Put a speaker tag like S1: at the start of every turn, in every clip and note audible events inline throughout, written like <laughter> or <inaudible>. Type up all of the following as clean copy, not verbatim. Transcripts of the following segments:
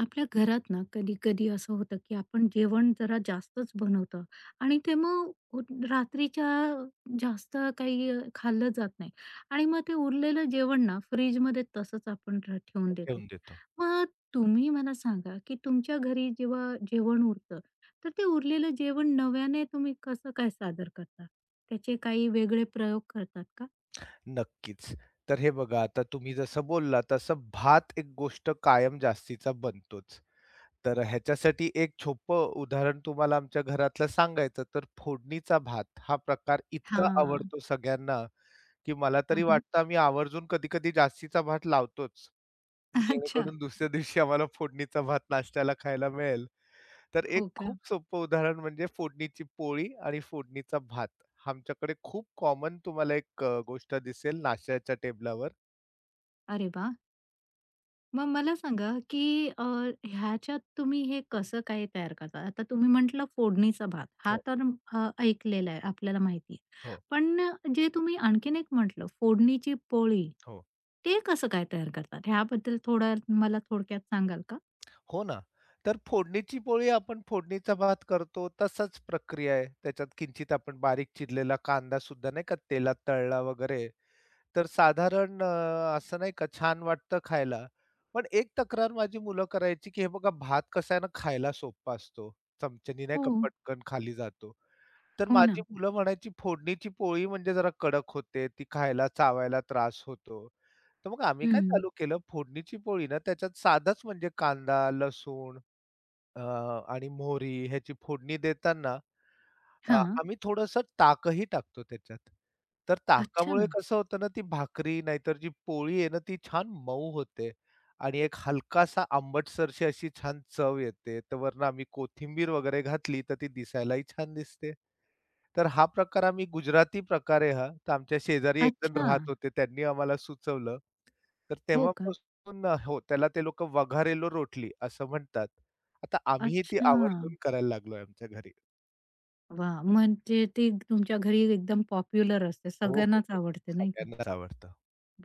S1: आपल्या घरात ना कधी-कधी असं होतं, की आपण जेवण जरा जास्तच बनवतो आणि ते मग उ रात्रीच्या जास्त काही खाल्लं जात नाही आणि मग ते उरलेलं जेवण ना फ्रिजमध्ये तसंच आपण ठेवून देतो.
S2: ठेवून देतो.
S1: मग तुम्ही मला सांगा, की तुमच्या घरी जेव्हा जेवण उरतं, तर ते उरलेलं जेवण नव्याने तुम्ही कसं काय सादर करता? त्याचे काही वेगळे प्रयोग करतात का?
S2: नक्कीच. तर हे बघा आता तुम्ही जसं बोललात तसं भात एक गोष्ट कायम जास्तीचा बनतोच. तर ह्याच्यासाठी एक छोप उदाहरण तुम्हाला आमच्या घरातलं सांगायचं तर फोडणीचा भात हा प्रकार इतका
S1: हां.
S2: आवडतो सगळ्यांना, की मला तरी
S1: हं,
S2: वाटतं आम्ही आवर्जून कधी-कधी जास्तीचा भात लावतोच.
S1: अच्छा.
S2: जेणेकरून दुसऱ्या दिवशी आम्हाला फोडणीचा भात नाश्त्याला खायला मिळेल. तर एक
S1: हो का?
S2: खूप सोपं उदाहरण म्हणजे फोडणीची पोळी आणि फोडणीचा भात. आमच्याकडे खूप कॉमन तुम्हाला एक गोष्ट दिसेल नाश्त्याच्या टेबलावर.
S1: अरे वाह! मग मला सांगा, की ह्याच्यात तुम्ही हे कसं काय तयार करता? आता तुम्ही म्हटलं फोडणीचा भात, हा
S2: हो,
S1: तर ऐकलेला आहे, आपल्याला माहिती आहे.
S2: हो,
S1: पण जे तुम्ही आणखीन एक म्हटलं फोडणीची पोळी,
S2: हो.
S1: ते कसं काय तयार करतात? ह्याबद्दल थोडं मला थोडक्यात सांगाल का?
S2: हो ना. तर फोडणीची पोळी आपण फोडणीचा भात करतो तसाच प्रक्रिया आहे. त्याच्यात किंचित आपण बारीक चिरलेला कांदासुद्धा नाही का तेलात तळला वगैरे तर साधारण असं नाही का छान वाटतं खायला. पण एक तक्रार माझी मुलं करायची, की हे बघा भात कसा आहे ना खायला सोपा असतो. चमच्यानी नाही
S1: हो,
S2: का पटकन खाली जातो. तर
S1: हो ना.
S2: माझी मुलं म्हणायची फोडणीची पोळी म्हणजे जरा कडक होते, ती खायला चावायला त्रास होतो. तर मग आम्ही काय
S1: हं.
S2: चालू केलं फोडणीची पोळी ना त्याच्यात साधंच म्हणजे कांदा, लसूण अ, आणि मोहरी ह्याची फोडणी देताना
S1: हां.
S2: आम्ही थोडंसं ताकही टाकतो त्याच्यात. तर
S1: अच्छा.
S2: ताकामुळे कसं होतं ना, ती भाकरी नाहीतर जी पोळी आहे ना, ती छान मऊ होते आणि एक हलकासा आंबटसरशी अशी छान चव येते. तर वरनं आम्ही कोथिंबीर वगैरे घातली, तर ती दिसायलाही छान दिसते. तर हा प्रकार आम्ही गुजराती प्रकार आहे हा. तर आमच्या शेजारी एकजण
S1: अच्छा.
S2: राहत होते. त्यांनी आम्हाला सुचवलं. तर
S1: हो का?
S2: तेव्हापासून हो, त्याला ते लोकं वघारेलो रोटली असं म्हणतात. आता आम्हीही ती
S1: अच्छा.
S2: आवर्जून करायला लागलोय आमच्या घरी.
S1: वाह! म्हणजे ती तुमच्या घरी एकदम पॉप्युलर असते.
S2: हो, हो,
S1: सगळ्यांनाच
S2: हो.
S1: आवडते, नाही का?
S2: सगळ्यांनाच आवडतं.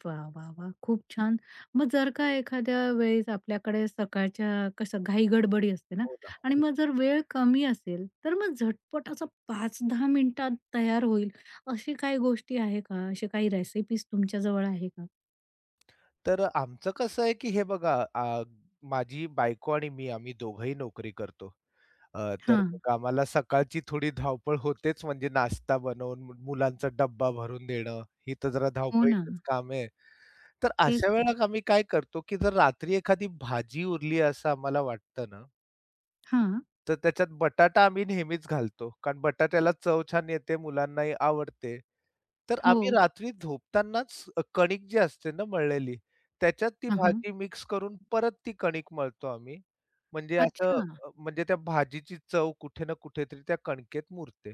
S1: वा, वा, वा, खूप छान. मग जर का एखाद्या वेळेस आपल्याकडे सकाळच्या कसं घाई-गडबडी असते ना
S2: हो ना,
S1: आणि
S2: खूप.
S1: मग जर वेळ कमी असेल, तर मग झटपट असं 5-10 मिनिटात तयार होईल अशी काही गोष्टी आहे का? अशी काही रेसिपीज तुमच्याजवळ आहे का?
S2: तर आमचं कसं आहे, की हे बघा माझी बायको आणि मी आम्ही दोघंही नोकरी करतो. अ, तर
S1: हा,
S2: मग आम्हाला सकाळची थोडी धावपळ होतेच म्हणजे नाश्ता बनवून, मुलांचा डब्बा भरून देणं, ही तर जरा
S1: हो ना.
S2: धावपळीचंच काम आहे. तर
S1: तेच
S2: अशा
S1: तर.
S2: वेळेला आम्ही काय करतो, की जर रात्री एखादी भाजी उरली असं आम्हाला वाटतं ना
S1: हां.
S2: तर त्याच्यात बटाटा आम्ही नेहमीच घालतो. कारण बटाट्याला चव छान येते, मुलांनाही आवडते. तर
S1: हो.
S2: आम्ही रात्री झोपतानाच कणिक जी असते ना मळलेली, त्याच्यात ती
S1: हां, हां.
S2: भाजी मिक्स करून परत ती कणिक मळतो आम्ही. म्हणजे असं
S1: अच्छा.
S2: म्हणजे त्या भाजीची चव कुठे ना कुठेतरी त्या कणकेत मुरते.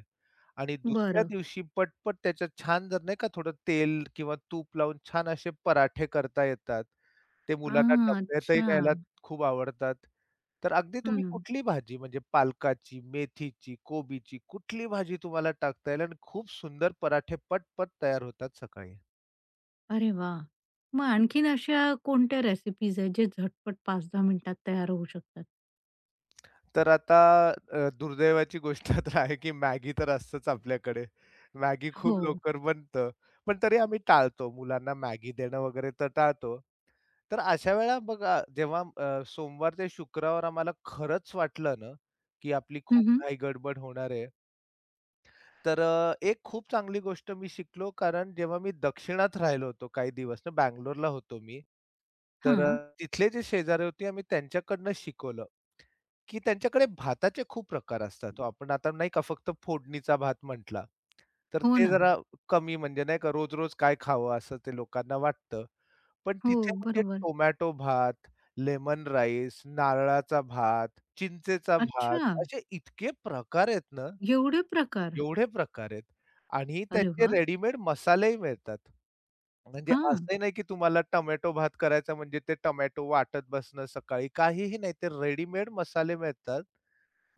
S2: आणि दुसऱ्या
S1: बरं.
S2: दिवशी पटपट त्याच्यात छान जर नाही का थोडं तेल किंवा तूप लावून छान असे पराठे करता येतात. ते मुलांना
S1: हां,
S2: डब्यातही
S1: अच्छा.
S2: न्यायला खूप आवडतात. तर अगदी तुम्ही
S1: हं.
S2: कुठली भाजी म्हणजे पालकाची, मेथीची, कोबीची कुठली भाजी तुम्हाला टाकता येईल आणि खूप सुंदर पराठे पटपट तयार होतात सकाळी.
S1: अरे वाह! मग आणखीन अशा कोणत्या रेसिपीज आहेत जे झटपट 5-10 मिनिटात तयार होऊ शकतात?
S2: तर आता दुर्दैवाची गोष्ट <laughs> तर आहे की मॅगी तर असतंच आपल्याकडे. मॅगी खूप
S1: हो.
S2: लवकर बनतं. पण तरी आम्ही टाळतो. मुलांना मॅगी देणं वगैरे तर टाळतो. तर अशा वेळा बघा जेव्हा सोमवार ते शुक्रवार आम्हाला खरंच वाटलं ना, की आपली खूप घाई गडबड होणार आहे. तर एक खूप चांगली गोष्ट मी शिकलो, कारण जेव्हा मी दक्षिणात राहिलो होतो काही दिवस ना, बंगलोरला होतो मी. तर
S1: हां.
S2: तिथले जे शेजारी होते आम्ही त्यांच्याकडनं शिकवलं, की त्यांच्याकडे भाताचे खूप प्रकार असतात हो. आपण आता नाही का फक्त फोडणीचा भात म्हटला, तर
S1: हो
S2: ते
S1: ना.
S2: जरा कमी म्हणजे नाही का रोज-रोज काय खावं असं ते लोकांना वाटतं. पण
S1: हो,
S2: तिथे म्हणजे
S1: बरोबर.
S2: टोमॅटो भात, लेमन राईस, नारळाचा भात, चिंचेचा भात
S1: अच्छा,
S2: असे इतके प्रकार आहेत ना
S1: एवढे प्रकार.
S2: एवढे प्रकार आहेत आणि
S1: अरे
S2: त्याचे
S1: वाह!
S2: रेडीमेड मसालेही मिळतात. म्हणजे
S1: हां.
S2: असंही नाही की तुम्हाला टोमॅटो भात करायचा म्हणजे ते टोमॅटो वाटत बसणं सकाळी, काहीही नाही. ते रेडीमेड मसाले मिळतात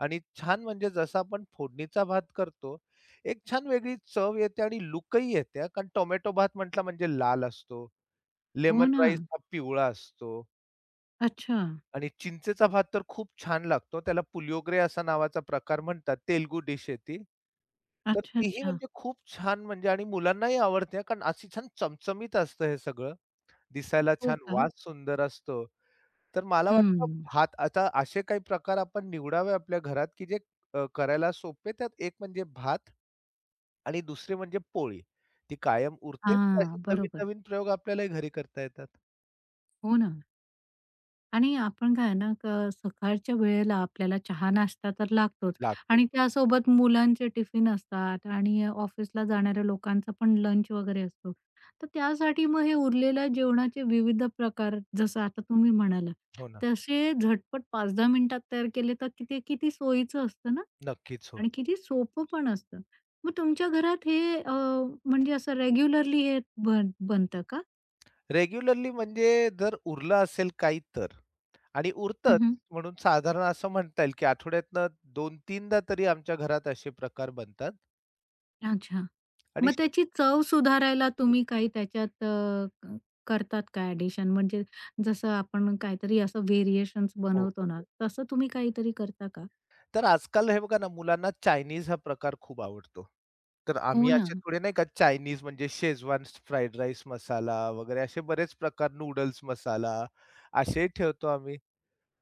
S2: आणि छान म्हणजे जसा आपण फोडणीचा भात करतो, एक छान वेगळी चव येते आणि लूकही येते हां, कारण टोमॅटो भात म्हटला म्हणजे लाल असतो,
S1: हो
S2: लेमन
S1: ना.
S2: राईस हा पिवळा असतो.
S1: अच्छा.
S2: आणि चिंचेचा भात तर खूप छान लागतो. त्याला पुलियोगरे असा नावाचा प्रकार म्हणतात. तेलगू डिश आहे ती. तर
S1: अच्छा,
S2: तीही
S1: अच्छा.
S2: म्हणजे खूप छान म्हणजे आणि मुलांनाही आवडते हां, कारण अशी छान चमचमीत असतं हे सगळं. दिसायला
S1: हो
S2: छान,
S1: का?
S2: वास सुंदर असतो. तर मला वाटतं
S1: हं.
S2: भात आता असे काही प्रकार आपण निवडावे आपल्या घरात, की जे करायला सोपे. त्यात एक म्हणजे भात आणि दुसरी म्हणजे पोळी. ती कायम उरतेच. असे
S1: हां, बरोबर.
S2: नवीन-नवीन प्रयोग आपल्यालाही घरी करता येतात.
S1: हो ना. आणि आपण काय आहे ना, सकाळच्या वेळेला आपल्याला चहा, नाश्ता तर लागतोच
S2: लागतो.
S1: आणि त्यासोबत मुलांचे टिफिन असतात आणि ऑफिसला जाणाऱ्या लोकांचा पण लंच वगैरे असतो. तर त्यासाठी मग हे उरलेल्या जेवणाचे विविध प्रकार जसं आता तुम्ही म्हणालात,
S2: हो ना.
S1: तसे झटपट 5-10 मिनिटात तयार केले तर किती किती सोयीचं असतं ना
S2: नक्कीच. हो.
S1: आणि किती सोपं पण असतं. मग तुमच्या घरात हे म्हणजे असं रेग्युलरली हे बनतं का?
S2: रेग्युलरली म्हणजे जर उरलं असेल काही तर आणि उरतंच
S1: हं,
S2: म्हणून साधारण असं म्हणता येईल, की आठवड्यातनं 2-3दा तरी आमच्या घरात असे प्रकार बनतात
S1: अच्छा.
S2: आणि
S1: मग
S2: श-
S1: त्याची चव सुधारायला तुम्ही काही त्याच्यात अ, क करतात काय ॲडिशन? म्हणजे जसं आपण काहीतरी असं व्हेरिएशन्स
S2: हो, हो,
S1: बनवतो ना,
S2: हो.
S1: तसं तुम्ही काहीतरी करता का?
S2: तर आजकाल हे बघा ना, मुलांना चायनीज हा प्रकार खूप आवडतो. तर
S1: हो
S2: आम्ही
S1: ना.
S2: असे थोडे नाही का चायनीज म्हणजे शेजवान फ्राईड राईस मसाला वगैरे असे बरेच प्रकार नूडल्स मसाला असेही ठेवतो आम्ही.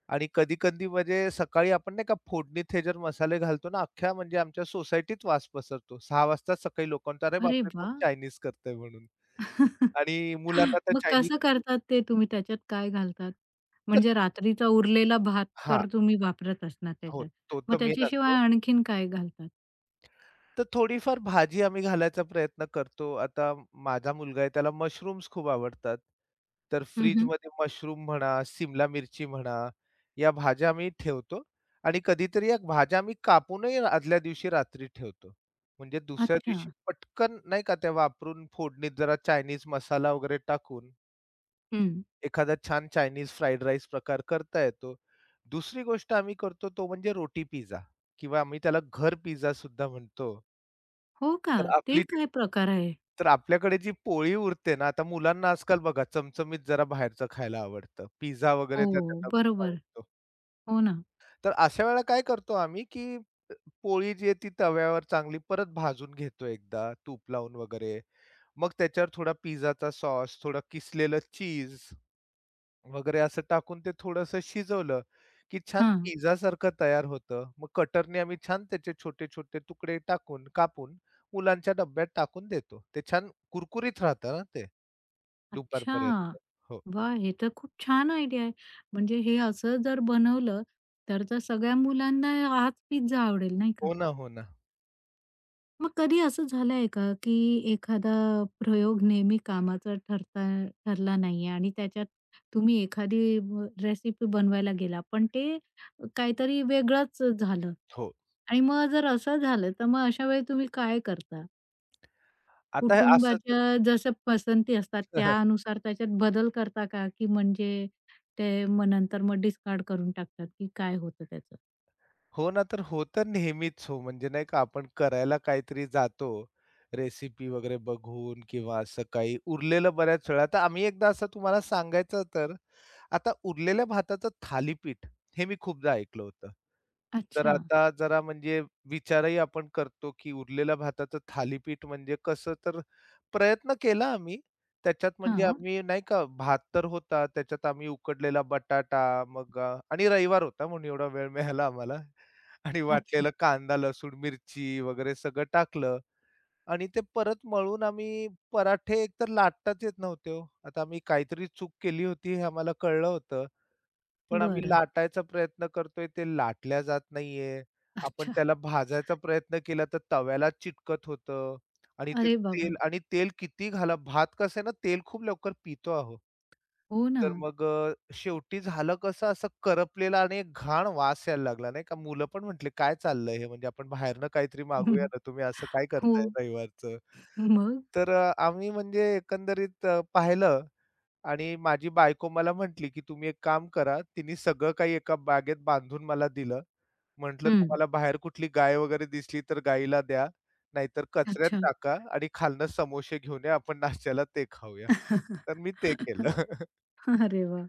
S2: आणि कधी-कधी म्हणजे सकाळी आपण नाही का फोडणीत हे जर मसाले घालतो ना, अख्ख्या म्हणजे आमच्या सोसायटीत वास पसरतो. 6:00 वाजता सकाळी लोकांचा, "अरे
S1: अरे
S2: बापरे! कोण
S1: वाह!
S2: चायनीज करतंय?" म्हणून
S1: <laughs>
S2: आणि मुलांना तर
S1: मग
S2: चायनीज
S1: कसं
S2: खूप
S1: करतात ते तुम्ही? त्याच्यात काय घालतात?
S2: तर
S1: म्हणजे रात्रीचा उरलेला भात
S2: हां,
S1: तर तुम्ही वापरत असणार
S2: हो.
S1: त्याच्यात.
S2: तो
S1: मग
S2: तर मेन
S1: त्याच्याशिवाय
S2: असतो.
S1: आणखीन काय घालतात?
S2: तर थोडीफार भाजी आम्ही घालायचा प्रयत्न करतो. आता माझा मुलगा आहे त्याला मशरूम्स खूप आवडतात. तर
S1: हं, हं.
S2: फ्रिजमध्ये मशरूम म्हणा, सिमला मिरची म्हणा, या भाज्या आम्ही ठेवतो आणि कधीतरी या भाज्या आम्ही कापूनही आदल्या दिवशी रात्री ठेवतो. म्हणजे दुसऱ्या
S1: अच्छा.
S2: दिवशी पटकन नाही का त्या वापरून फोडणीत जरा चायनीज मसाला वगैरे टाकून
S1: हं.
S2: एखादा छान चायनीज फ्राईड राईस प्रकार करता येतो. दुसरी गोष्ट आम्ही करतो तो म्हणजे रोटी पिझ्झा किंवा आम्ही त्याला घर पिझ्झासुद्धा म्हणतो.
S1: हो का?
S2: तर
S1: ते
S2: आपली जी
S1: काय प्रकार आहे?
S2: तर आपल्याकडे जी पोळी उरते ना, आता मुलांना आजकाल बघा चमचमीत जरा बाहेरचं खायला आवडतं. पिझ्झा वगैरे तर
S1: हो.
S2: त्यांना खूप
S1: बरोबर.
S2: आवडतो.
S1: हो ना.
S2: तर अशा वेळेला काय करतो आम्ही, की पोळी जी आहे ती तव्यावर चांगली परत भाजून घेतो एकदा तूप लावून वगैरे. मग त्याच्यावर थोडा पिझ्झाचा सॉस, थोडं किसलेलं चीज वगैरे असं टाकून ते थोडंसं शिजवलं, की छान
S1: हां.
S2: पिझ्झासारखं तयार होतं. मग कटरने आम्ही छान त्याचे छोटे-छोटे तुकडे टाकून, कापून मुलांच्या डब्यात टाकून देतो. ते छान कुरकुरीत राहतं ना ते
S1: अच्छा!
S2: दुपारपर्यंत. हो.
S1: वाह! हे तर खूप छान आयडिया आहे. म्हणजे हे असं जर बनवलं, तर तर सगळ्या मुलांना हाच पिझ्झा आवडेल, नाही का?
S2: हो ना, हो ना.
S1: मग कधी असं झालंय का, की एखादा प्रयोग नेहमी कामाचा ठरला नाहीये आणि त्याच्यात तुम्ही एखादी रेसिपी बनवायला गेला, पण ते काहीतरी वेगळंच झालं
S2: हो.
S1: आणि मग जर असं झालं, तर मग अशा वेळी तुम्ही काय करता?
S2: आता हे असंच
S1: कुटुंबाच्या जसं पसंती असतात
S2: <laughs>
S1: त्यानुसार त्याच्यात बदल करता का? की म्हणजे ते मग नंतर मग डिस्कार्ड करून टाकतात, की काय होतं त्याचं?
S2: हो ना, तर होतं नेहमीच हो. म्हणजे नाही का आपण करायला काहीतरी जातो, रेसिपी वगैरे बघून किंवा असं काही उरलेलं बऱ्याच वेळा. तर आम्ही एकदा असं तुम्हाला सांगायचं तर, आता उरलेल्या भाताचं थालीपीठ हे मी खूपदा ऐकलं होतं. तर
S1: अच्छा.
S2: आता जरा म्हणजे विचारही आपण करतो, की उरलेल्या भाताचं थालीपीठ म्हणजे कसं? तर प्रयत्न केला आम्ही. त्याच्यात म्हणजे
S1: हां.
S2: आम्ही नाही का भात तर होता, त्याच्यात आम्ही उकडलेला बटाटा मग आणि रविवार होता म्हणून एवढा वेळ मिळाला आम्हाला. आणि
S1: अच्छा.
S2: वाटलेलं कांदा, लसूण, मिरची वगैरे सगळं टाकलं आणि ते परत मळून आम्ही पराठे एकतर लाटताच येत नव्हते हो. आता आम्ही काहीतरी चूक केली होती हे आम्हाला कळलं होतं. पण हं. आम्ही
S1: बरं.
S2: लाटायचा प्रयत्न करतोय, ते लाटल्या जात नाहीये. आपण
S1: अच्छा.
S2: त्याला भाजायचा प्रयत्न केला तर तव्याला चिटकत होतं आणि ते
S1: अरे
S2: तेल
S1: बाबा!
S2: आणि तेल किती घाला भात कसं आहे ना तेल खूप लवकर पितो अहो.
S1: हो ना.
S2: तर मग शेवटी झालं कसं असं करपलेला आणि एक घाण वास यायला लागला नाही का. मुलं पण म्हटले, "काय चाललंय हे? म्हणजे आपण बाहेरनं काहीतरी मागूया ना, तुम्ही असं काय
S1: हो.
S2: करताय रविवारचं?"
S1: मग?
S2: तर आम्ही म्हणजे एकंदरीत पाहिलं आणि माझी बायको मला म्हटली, की "तुम्ही एक काम करा." तिने सगळं काही एका बॅगेत बांधून मला दिलं. म्हटलं,
S1: हं.
S2: "तुम्हाला बाहेर कुठली गाय वगैरे दिसली तर गाईला द्या, नाहीतर कचऱ्यात
S1: अच्छा.
S2: टाका आणि खालनं समोसे घेऊन या. आपण नाश्त्याला ते खाऊया." तर मी ते केलं.
S1: <laughs> अरे वाह!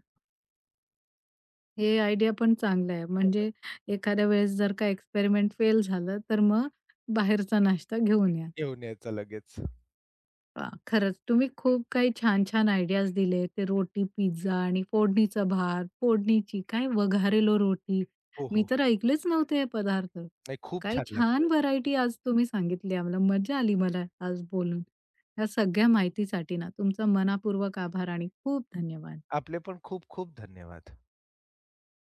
S1: हे आयडिया पण चांगलं आहे. म्हणजे
S2: <laughs>
S1: एखाद्या वेळेस जर का एक्सपेरिमेंट फेल झालं, तर मग बाहेरचा नाश्ता घेऊन या.
S2: घेऊन यायचा लगेच.
S1: वाह! खरंच तुम्ही खूप काही छान-छान आयडियाज दिले. ते रोटी, पिझ्झा आणि फोडणीचा भात, फोडणीची काय वघारेलो रोटी.
S2: हो,
S1: मी
S2: हो.
S1: तर ऐकलेच नव्हते हे पदार्थ.
S2: नाही खूप
S1: काही
S2: छान
S1: छान
S2: लागते.
S1: व्हरायटी आज तुम्ही सांगितली आम्हाला. मजा आली मला आज बोलून. या सगळ्या माहितीसाठी ना तुमचा मनःपूर्वक आभार आणि खूप धन्यवाद.
S2: आपले पण खूप खूप धन्यवाद.